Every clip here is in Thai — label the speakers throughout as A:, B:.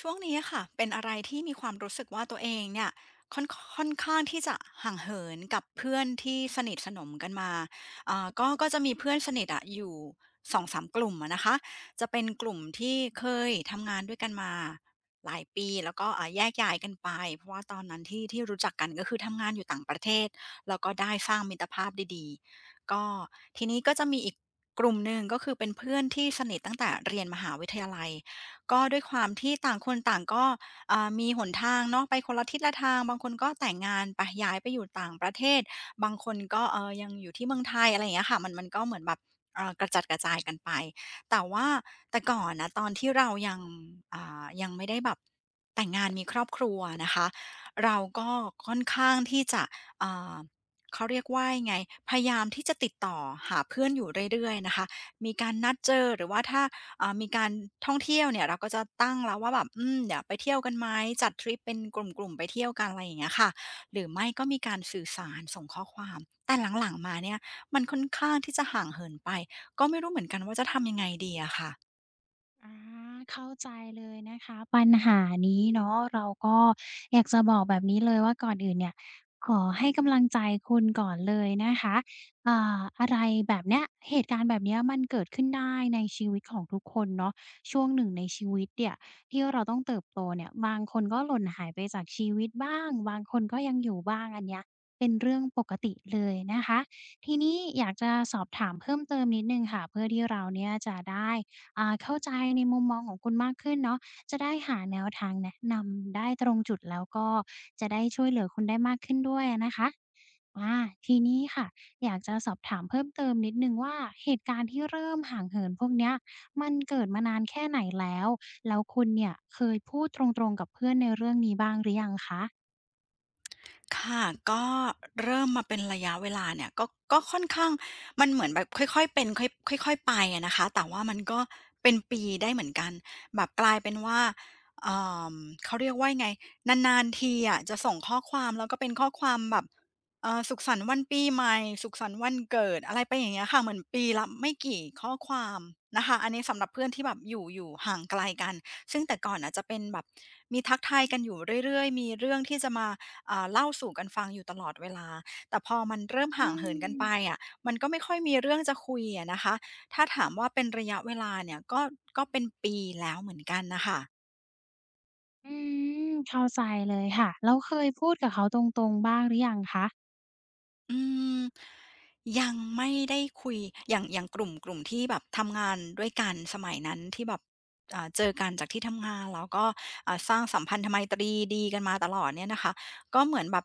A: ช่วงนี้ค่ะเป็นอะไรที่มีความรู้สึกว่าตัวเองเนี่ยค่อนค่อนข้างที่จะห่างเหินกับเพื่อนที่สนิทสนมกันมาก็จะมีเพื่อนสนิทอะอยู่2มกลุ่มอะนะคะจะเป็นกลุ่มที่เคยทำงานด้วยกันมาหลายปีแล้วก็แยกย้ายกันไปเพราะว่าตอนนั้นที่ที่รู้จักกันก็คือทำงานอยู่ต่างประเทศแล้วก็ได้สร้างมิตรภาพดีๆก็ทีนี้ก็จะมีอีกกลุ่มหนึ่งก็คือเป็นเพื่อนที่สนิทตั้งแต่เรียนมหาวิทยาลัย ก็ด้วยความที่ต่างคนต่างก็มีหนทางเนาะไปคนละทิศละทางบางคนก็แต่งงานไปย้ายไปอยู่ต่างประเทศบางคนก็เออยังอยู่ที่เมืองไทยอะไรอย่างเงี้ยค่ะมันก็เหมือนแบบกระจัดกระจายกันไปแต่ว่าแต่ก่อนนะตอนที่เรายังยังไม่ได้แบบแต่งงานมีครอบครัวนะคะเราก็ค่อนข้างที่จะอ่าเขาเรียกว่ายังไงพยายามที่จะติดต่อหาเพื่อนอยู่เรื่อยๆนะคะมีการนัดเจอหรือว่าถ้า มีการท่องเที่ยวเนี่ยเราก็จะตั้งแล้วว่าแบบอืมเดี๋ยวไปเที่ยวกันไหมจัดทริปเป็นกลุ่มๆไปเที่ยวกันอะไรอย่างเงี้ยค่ะหรือไม่ก็มีการสื่อสารส่งข้อความแต่หลังๆมาเนี่ยมันค่อนข้างที่จะห่างเหินไปก็ไม่รู้เหมือนกันว่าจะ
B: อื
A: ทำยังไงดี
B: ม
A: อะค่ะ
B: อาเข้าใจเลยนะคะปัญหานี้เนาะเราก็อยากจะบอกแบบนี้เลยว่าก่อนอื่นเนี่ยขอให้กำลังใจคุณก่อนเลยนะคะอะไรแบบเนี้ยเหตุการณ์แบบเนี้ยมันเกิดขึ้นได้ในชีวิตของทุกคนเนาะช่วงหนึ่งในชีวิตเนี่ยที่เราต้องเติบโตเนี่ยบางคนก็หล่นหายไปจากชีวิตบ้างบางคนก็ยังอยู่บ้างอันเนี้ยเป็นเรื่องปกติเลยนะคะทีนี้อยากจะสอบถามเพิ่มเติมนิดหนึ่งค่ะเพื่อที่เราเนี่ยจะได้ เข้าใจในมุมมองของคุณมากขึ้นเนาะจะได้หาแนวทางแนะนำได้ตรงจุดแล้วก็จะได้ช่วยเหลือคุณได้มากขึ้นด้วยอะนะคะอาทีนี้ค่ะอยากจะสอบถามเพิ่มเติมนิดหนึ่งว่าเหตุการณ์ที่เริ่มห่างเหินพวกเนี้ยมันเกิดมานานแค่ไหนแล้วแล้วคุณเนี่ยเคยพูดตรงๆกับเพื่อนในเรื่องนี้บ้างหรือยังคะ
A: ค่ะก็เริ่มมาเป็นระยะเวลาเนี่ยก็ค่อนข้างมันเหมือนแบบค่อยๆเป็นค่อยค่อยๆไปอะนะคะแต่ว่ามันก็เป็นปีได้เหมือนกันแบบกลายเป็นว่าเอ่อเขาเรียกว่ายังไงนานๆทีอะจะส่งข้อความแล้วก็เป็นข้อความแบบสุขสันต์วันปีใหม่สุขสันต์วันเกิดอะไรไปอย่างเงี้ยค่ะเหมือนปีละไม่กี่ข้อความนะคะอันนี้สำหรับเพื่อนที่แบบอยู่ห่างไกลกันซึ่งแต่ก่อนน่ะจะเป็นแบบมีทักทายกันอยู่เรื่อยๆมีเรื่องที่จะมา เล่าสู่กันฟังอยู่ตลอดเวลา แต่พอมันเริ่ม
B: อื
A: ห่างเหินกัน
B: ม
A: ไปอะมันก็ไม่ค่อยมีเรื่องจะคุยอะนะคะ ถ้าถามว่าเป็นระยะเวลาเนี่ยก็เป็นปีแล้วเหมือนกันนะคะ
B: อืมเข้าใจเลยค่ะแล้วเคยพูดกับเขาตรงๆบ้างหรือยังคะ
A: อืมยังไม่ได้คุยอย่างกลุ่มที่แบบทำงานด้วยกันสมัยนั้นที่แบบเจอกันจากที่ทำงานแล้วก็สร้างสัมพันธไมตรีดีกันมาตลอดเนี่ยนะคะก็เหมือนแบบ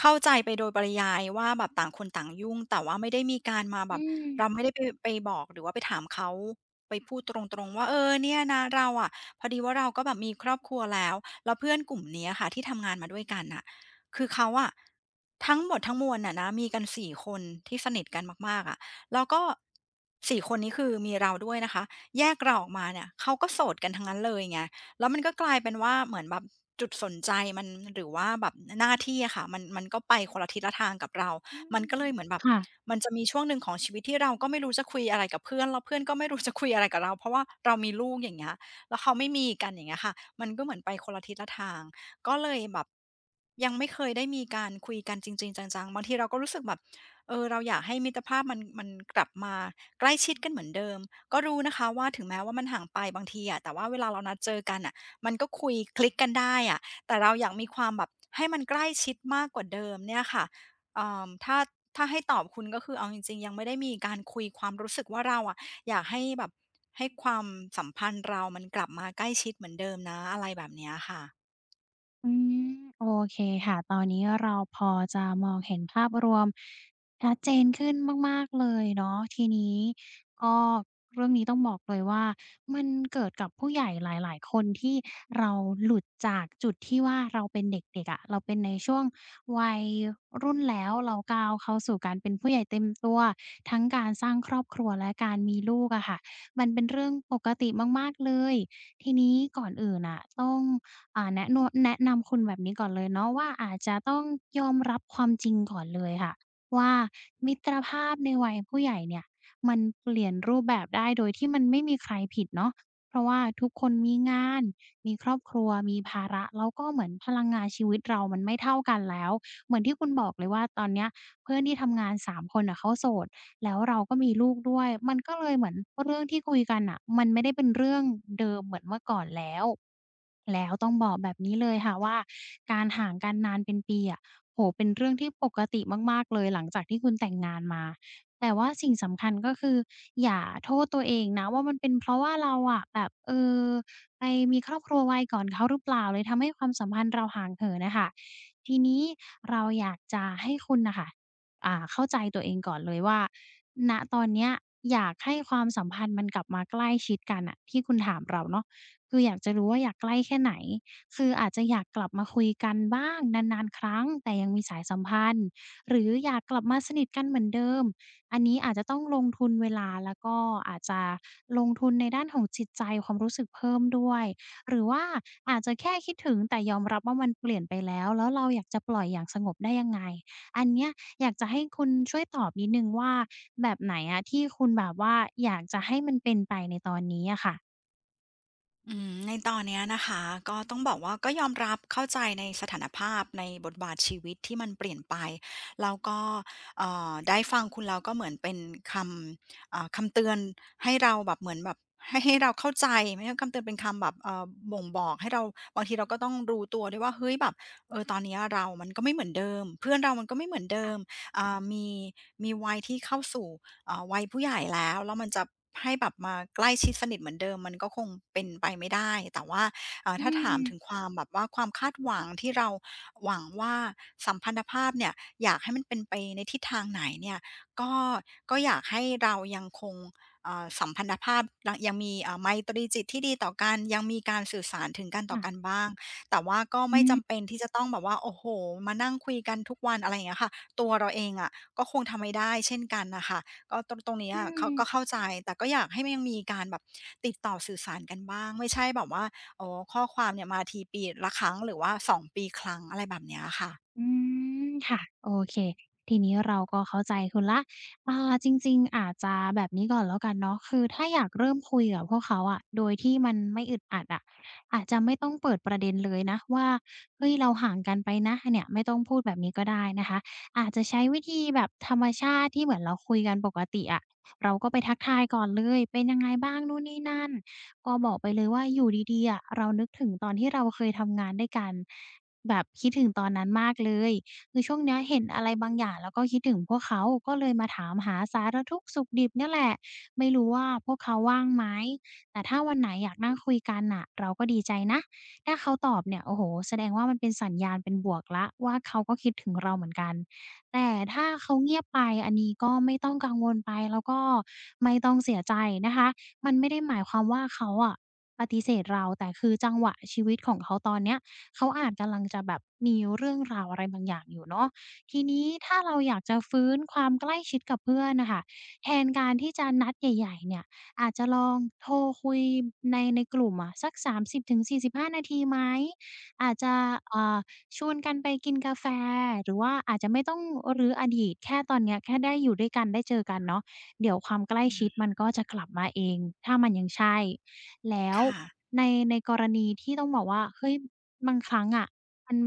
A: เข้าใจไปโดยปริยายว่าแบบต่างคนต่างยุ่งแต่ว่าไม่ได้มีการมาแบ
B: อื
A: บ
B: ม
A: เราไม่ได้ไปบอกหรือว่าไปถามเขาไปพูดตรงๆว่าเออเนี่ยนะเราอะพอดีว่าเราก็แบบมีครอบครัวแล้วแล้วเพื่อนกลุ่มเนี้ยค่ะที่ทำงานมาด้วยกันน่ะ คือเขาอะทั้งหมดทั้งมวลน่ะนะมีกัน4คนที่สนิทกันมากๆอะแล้วก็4คนนี้คือมีเราด้วยนะคะแยกเราออกมาเนี่ยเขาก็โสดกันทั้งนั้นเลยไงแล้วมันก็กลายเป็นว่าเหมือนแบบจุดสนใจมันหรือว่าแบบหน้าที่อะค่ะมันก็ไปคนละทิศละทางกับเรา
B: อื
A: มันก็
B: ม
A: เลยเหมือนแบบ
B: ค่ะ
A: มันจะมีช่วงหนึ่งของชีวิตที่เราก็ไม่รู้จะคุยอะไรกับเพื่อนแล้วเพื่อนก็ไม่รู้จะคุยอะไรกับเราเพราะว่าเรามีลูกอย่างเงี้ยแล้วเขาไม่มีกันอย่างเงี้ยค่ะมันก็เหมือนไปคนละทิศละทาง ก็เลยแบบยังไม่เคยได้มีการคุยกันจริงๆจังๆบางทีเราก็รู้สึกแบบเออเราอยากให้มิตรภาพมันกลับมาใกล้ชิดกันเหมือนเดิมก็รู้นะคะว่าถึงแม้ว่ามันห่างไปบางทีอะแต่ว่าเวลาเรานัดเจอกันอะมันก็คุยคลิกกันได้อะแต่เราอยากมีความแบบให้มันใกล้ชิดมากกว่าเดิมเนี่ยค่ะเอ่อถ้าถ้าให้ตอบคุณก็คือเอาจริงๆยังไม่ได้มีการคุยความรู้สึกว่าเราอะอยากให้แบบให้ความสัมพันธ์เรามันกลับมาใกล้ชิดเหมือนเดิมนะอะไรแบบเนี้ยค่ะ
B: อืมโอเคค่ะตอนนี้เราพอจะมองเห็นภาพรวมชัดเจนขึ้นมากๆเลยเนาะทีนี้ก็เรื่องนี้ต้องบอกเลยว่ามันเกิดกับผู้ใหญ่หลายๆคนที่เราหลุดจากจุดที่ว่าเราเป็นเด็กๆอะเราเป็นในช่วงวัยรุ่นแล้วเราก้าวเข้าสู่การเป็นผู้ใหญ่เต็มตัวทั้งการสร้างครอบครัวและการมีลูกอะค่ะมันเป็นเรื่องปกติมากๆเลยทีนี้ก่อนอื่นน่ะต้อง อ่าแนะโนแนะนำคุณแบบนี้ก่อนเลยเนาะว่าอาจจะต้องยอมรับความจริงก่อนเลยค่ะว่ามิตรภาพในวัยผู้ใหญ่เนี่ยมันเปลี่ยนรูปแบบได้โดยที่มันไม่มีใครผิดเนาะเพราะว่าทุกคนมีงานมีครอบครัวมีภาระแล้วก็เหมือนพลังงานชีวิตเรามันไม่เท่ากันแล้วเหมือนที่คุณบอกเลยว่าตอนเนี้ยเพื่อนที่ทำงาน3คนน่ะเขาโสด แล้วเราก็มีลูกด้วย มันก็เลยเหมือนเรื่องที่คุยกันน่ะมันไม่ได้เป็นเรื่องเดิมเหมือนเมื่อก่อนแล้ว แล้วต้องบอกแบบนี้เลยค่ะว่าการห่างกันนานเป็นปีอะโอ้โฮเป็นเรื่องที่ปกติมากๆเลยหลังจากที่คุณแต่งงานมา แต่ว่าสิ่งสำคัญก็คืออย่าโทษตัวเองนะว่ามันเป็นเพราะว่าเราอะแบบเออไปมีครอบครัวไวก่อนเขาหรือเปล่าเลยทำให้ความสัมพันธ์เราห่างเหินน่ะค่ะทีนี้เราอยากจะให้คุณน่ะค่ะ เข้าใจตัวเองก่อนเลยว่าณตอนเนี้ยอยากให้ความสัมพันธ์มันกลับมาใกล้ชิดกันอะที่คุณถามเราเนาะคืออยากจะรู้ว่าอยากใกล้แค่ไหนคืออาจจะอยากกลับมาคุยกันบ้างนานๆครั้งแต่ยังมีสายสัมพันธ์หรืออยากกลับมาสนิทกันเหมือนเดิมอันนี้อาจจะต้องลงทุนเวลาแล้วก็อาจจะลงทุนในด้านของจิตใจความรู้สึกเพิ่มด้วยหรือว่าอาจจะแค่คิดถึงแต่ยอมรับว่ามันเปลี่ยนไปแล้วแล้วเราอยากจะปล่อยอย่างสงบได้ยังไงอันเนี้ย อยากจะให้คุณช่วยตอบนิดหนึ่งว่าแบบไหนอะที่คุณแบบว่าอยากจะให้มันเป็นไปในตอนนี้อะค่ะ
A: อืมในตอนเนี้ยนะคะก็ต้องบอกว่าก็ยอมรับเข้าใจในสถานภาพในบทบาทชีวิตที่มันเปลี่ยนไปแล้วก็ได้ฟังคุณเราก็เหมือนเป็นคำคำเตือนให้เราแบบเหมือนแบบให้เราเข้าใจไม่ใช่คำเตือนเป็นคำแบบบ่งบอกให้เราบางทีเราก็ต้องรู้ตัวด้วยว่าเฮ้ยแบบเออตอนเนี้ยเรามันก็ไม่เหมือนเดิมเพื่อนเรามันก็ไม่เหมือนเดิ
B: ค่ะ
A: มอ่ามีวัยที่เข้าสู่ วัยผู้ใหญ่แล้วแล้วมันจะให้แบบมาใกล้ชิดสนิทเหมือนเดิมมันก็คงเป็นไปไม่ได้แต่ว่า
B: อื
A: ถ้าถา
B: ม
A: มถึงความแบบว่าความคาดหวังที่เราหวังว่าสัมพันธภาพเนี่ยอยากให้มันเป็นไปในทิศทางไหนเนี่ยก็ก็อยากให้เรายังคงสัมพันธภาพยังมีไมตรีจิตที่ดีต่อกันยังมีการสื่อสารถึงกันต่อ
B: ค่ะ
A: กันบ้างแต่ว่าก็ไม่
B: อื
A: จำเป็นที่จะต้องแบบว่าโอ้โฮมานั่งคุยกันทุกวันอะไรอย่างเงี้ยค่ะตัวเราเองอะก็คงทำไม่ได้เช่นกันน่ะค่ะ ก็ตรงนี้อะ
B: ม
A: เขาก็เข้าใจแต่ก็อยากให้มันยังมีการแบบติดต่อสื่อสารกันบ้างไม่ใช่แบบว่าอ๋อข้อความเนี่ยมาทีปีละครั้งหรือว่าสองปีครั้งอะไรแบบเนี้ยค่ะ
B: อืมค่ะโอเคทีนี้เราก็เข้าใจคุณละจริงๆอาจจะแบบนี้ก่อนแล้วกันเนาะคือถ้าอยากเริ่มคุยกับพวกเขาอะโดยที่มันไม่อึดอัดอะอาจจะไม่ต้องเปิดประเด็นเลยนะว่าเฮ้ยเราห่างกันไปนะเนี่ยไม่ต้องพูดแบบนี้ก็ได้นะคะอาจจะใช้วิธีแบบธรรมชาติที่เหมือนเราคุยกันปกติอะเราก็ไปทักทายก่อนเลยเป็นยังไงบ้างนู่นนี่นั่นก็บอกไปเลยว่าอยู่ดีๆอะเรานึกถึงตอนที่เราเคยทำงานด้วยกัน แบบคิดถึงตอนนั้นมากเลยคือช่วงเนี้ยเห็นอะไรบางอย่างแล้วก็คิดถึงพวกเขาก็เลยมาถามหาสารทุกข์สุขดิบเนี่ยแหละไม่รู้ว่าพวกเขาว่างไหมแต่ถ้าวันไหนอยากนั่งคุยกันน่ะเราก็ดีใจนะถ้าเขาตอบเนี่ยโอ้โฮแสดงว่ามันเป็นสัญญาณเป็นบวกแล้วว่าเขาก็คิดถึงเราเหมือนกันแต่ถ้าเขาเงียบไปอันนี้ก็ไม่ต้องกังวลไปแล้วก็ไม่ต้องเสียใจนะคะมันไม่ได้หมายความว่าเขาอะปฏิเสธเราแต่คือจังหวะชีวิตของเขาตอนเนี้ย เขาอาจกำลังจะแบบมีเรื่องราวอะไรบางอย่างอยู่เนาะทีนี้ถ้าเราอยากจะฟื้นความใกล้ชิดกับเพื่อนน่ะค่ะแทนการที่จะนัดใหญ่ๆเนี่ยอาจจะลองโทรคุยในกลุ่มอะสัก30 ถึง 45นาทีไหมอาจจะอ่าชวนกันไปกินกาแฟหรือว่าอาจจะไม่ต้องรื้ออดีตแค่ตอนเนี้ยแค่ได้อยู่ด้วยกันได้เจอกันเนาะเดี๋ยวความใกล้
A: อื
B: ชิด
A: ม
B: มันก็จะกลับมาเองถ้ามันยังใช่แล้ว
A: ค่ะ
B: ในในกรณีที่ต้องบอกว่าเฮ้ย บางครั้งอะมัน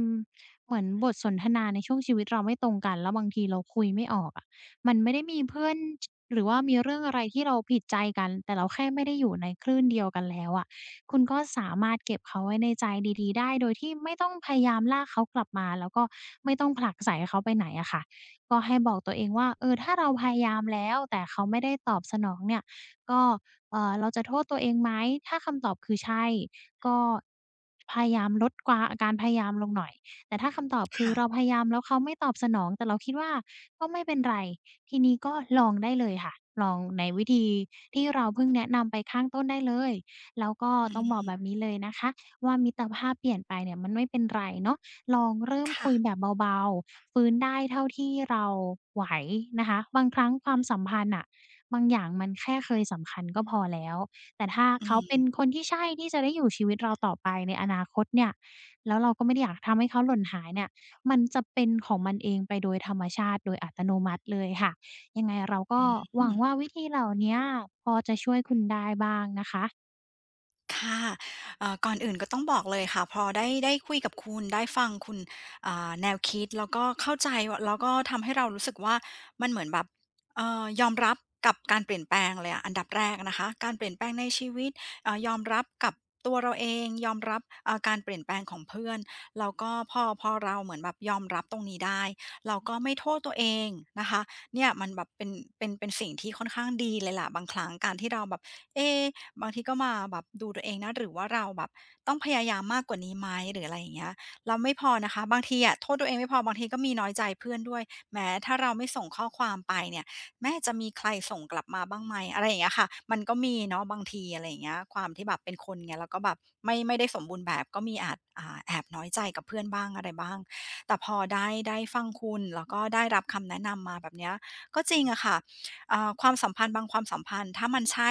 B: เหมือนบทสนทนาในช่วงชีวิตเราไม่ตรงกันแล้วบางทีเราคุยไม่ออกอะมันไม่ได้มีเพื่อนชหรือว่ามีเรื่องอะไรที่เราผิดใจกันแต่เราแค่ไม่ได้อยู่ในคลื่นเดียวกันแล้วอะคุณก็สามารถเก็บเขาไว้ในใจดีๆได้โดยที่ไม่ต้องพยายามลากเขากลับมาแล้วก็ไม่ต้องผลักไสเขาไปไหนอะค่ะก็ให้บอกตัวเองว่าเออถ้าเราพยายามแล้วแต่เขาไม่ได้ตอบสนองเนี่ยก็เราจะโทษตัวเองไหมถ้าคำตอบคือใช่ ก็พยายามลดกวาการพยายามลงหน่อยแต่ถ้าคำตอบคือ
A: ค่ะ
B: เราพยายามแล้วเขาไม่ตอบสนองแต่เราคิดว่าก็ไม่เป็นไร ทีนี้ก็ลองได้เลยค่ะ ลองในวิธีที่เราเพิ่งแนะนำไปข้างต้นได้เลย แล้วก็
A: อื
B: ต้องบอก
A: ม
B: แบบนี้เลยนะคะว่ามิตรภาพเปลี่ยนไปเนี่ยมันไม่เป็นไรเนาะลองเริ่มคุยแบ
A: ค่ะ
B: บเบาๆฟื้นได้เท่าที่เราไหวนะคะบางครั้งความสัมพันธ์อะบางอย่างมันแค่เคยสำคัญก็พอแล้ว แต่ถ้า
A: อื
B: เขา
A: ม
B: เป็นคนที่ใช่ที่จะได้อยู่ชีวิตเราต่อไปในอนาคตเนี่ยแล้วเราก็ไม่ได้อยากทำให้เขาหล่นหายเนี่ยมันจะเป็นของมันเองไปโดยธรรมชาติโดยอัตโนมัติเลยค่ะยังไงเราก็หวังว่าวิธีเหล่าเนี้ยพอจะช่วยคุณได้บ้างนะคะ
A: ค่ะก่อนอื่นก็ต้องบอกเลยค่ะพอได้คุยกับคุณได้ฟังคุณอ่าแนวคิดแล้วก็เข้าใจวแล้วก็ทำให้เรารู้สึกว่ามันเหมือนแบบยอมรับกับการเปลี่ยนแปลงเลยอะอันดับแรกนะคะการเปลี่ยนแปลงในชีวิตยอมรับกับตัวเราเองยอมรับการเปลี่ยนแปลงของเพื่อนแล้วก็พอเราเหมือนแบบยอมรับตรงนี้ได้เราก็ไม่โทษตัวเองนะคะเนี่ยมันแบบเป็นเป็นสิ่งที่ค่อนข้างดีเลยล่ะบางครั้งการที่เราแบบเอ๊ บางทีก็มาแบบดูตัวเองนะหรือว่าเราแบบต้องพยายามมากกว่านี้ไหมหรืออะไรอย่างเงี้ยเราไม่พอนะคะบางทีอะโทษตัวเองไม่พอบางทีก็มีน้อยใจเพื่อนด้วยแม้ถ้าเราไม่ส่งข้อความไปเนี่ยแม่จะมีใครส่งกลับมาบ้างไหมอะไรอย่างเงี้ยค่ะมันก็มีเนาะบางทีอะไรอย่างเงี้ยความที่แบบเป็นคนไงแล้วก็แบบไม่ได้สมบูรณ์แบบก็มีอาจอ่าแอบน้อยใจกับเพื่อนบ้างอะไรบ้างแต่พอได้ฟังคุณแล้วก็ได้รับคำแนะนำมาแบบเนี้ยก็จริงอะค่ะอ่าความสัมพันธ์บางความสัมพันธ์ถ้ามันใช่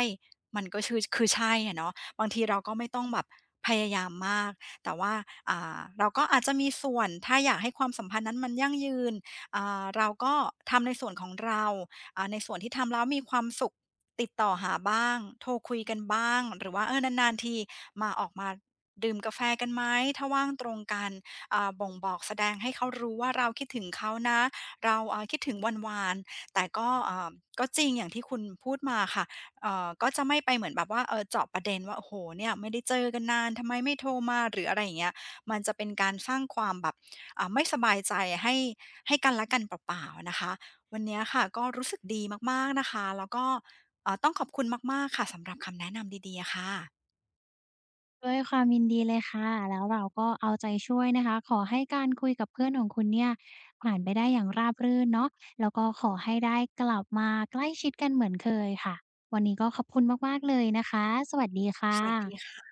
A: มันก็ชือคือใช่อะเนาะบางทีเราก็ไม่ต้องแบบพยายามมากแต่ว่าอ่าเราก็อาจจะมีส่วนถ้าอยากให้ความสัมพันธ์นั้นมันยั่งยืนอ่าเราก็ทำในส่วนของเราอ่าในส่วนที่ทำแล้วมีความสุขติดต่อหาบ้างโทรคุยกันบ้างหรือว่าเออนานๆทีมาออกมาดื่มกาแฟกันไหมถ้าว่างตรงกันอ่าบ่งบอกแสดงให้เขารู้ว่าเราคิดถึงเขานะเราอ่าคิดถึงหวานๆแต่ก็อ่าก็จริงอย่างที่คุณพูดมาค่ะ ก็จะไม่ไปเหมือนแบบว่าเออเจาะประเด็นว่าโอ้โหเนี่ยไม่ได้เจอกันนานทำไมไม่โทรมาหรืออะไรอย่างเงี้ยมันจะเป็นการสร้างความแบบอ่าไม่สบายใจให้ให้กันและกันเปล่าๆนะคะวันเนี้ยค่ะก็รู้สึกดีมากๆนะคะแล้วก็ต้องขอบคุณมากๆค่ะสำหรับคำแนะนำดีๆอะค่ะ
B: ด้วยความยินดีเลยค่ะแล้วเราก็เอาใจช่วยนะคะขอให้การคุยกับเพื่อนของคุณเนี่ยผ่านไปได้อย่างราบรื่นเนาะแล้วก็ขอให้ได้กลับมาใกล้ชิดกันเหมือนเคยค่ะวันนี้ก็ขอบคุณมากๆเลยนะคะสวัสดีค่
A: สวัสดี
B: ะ
A: ค่ะ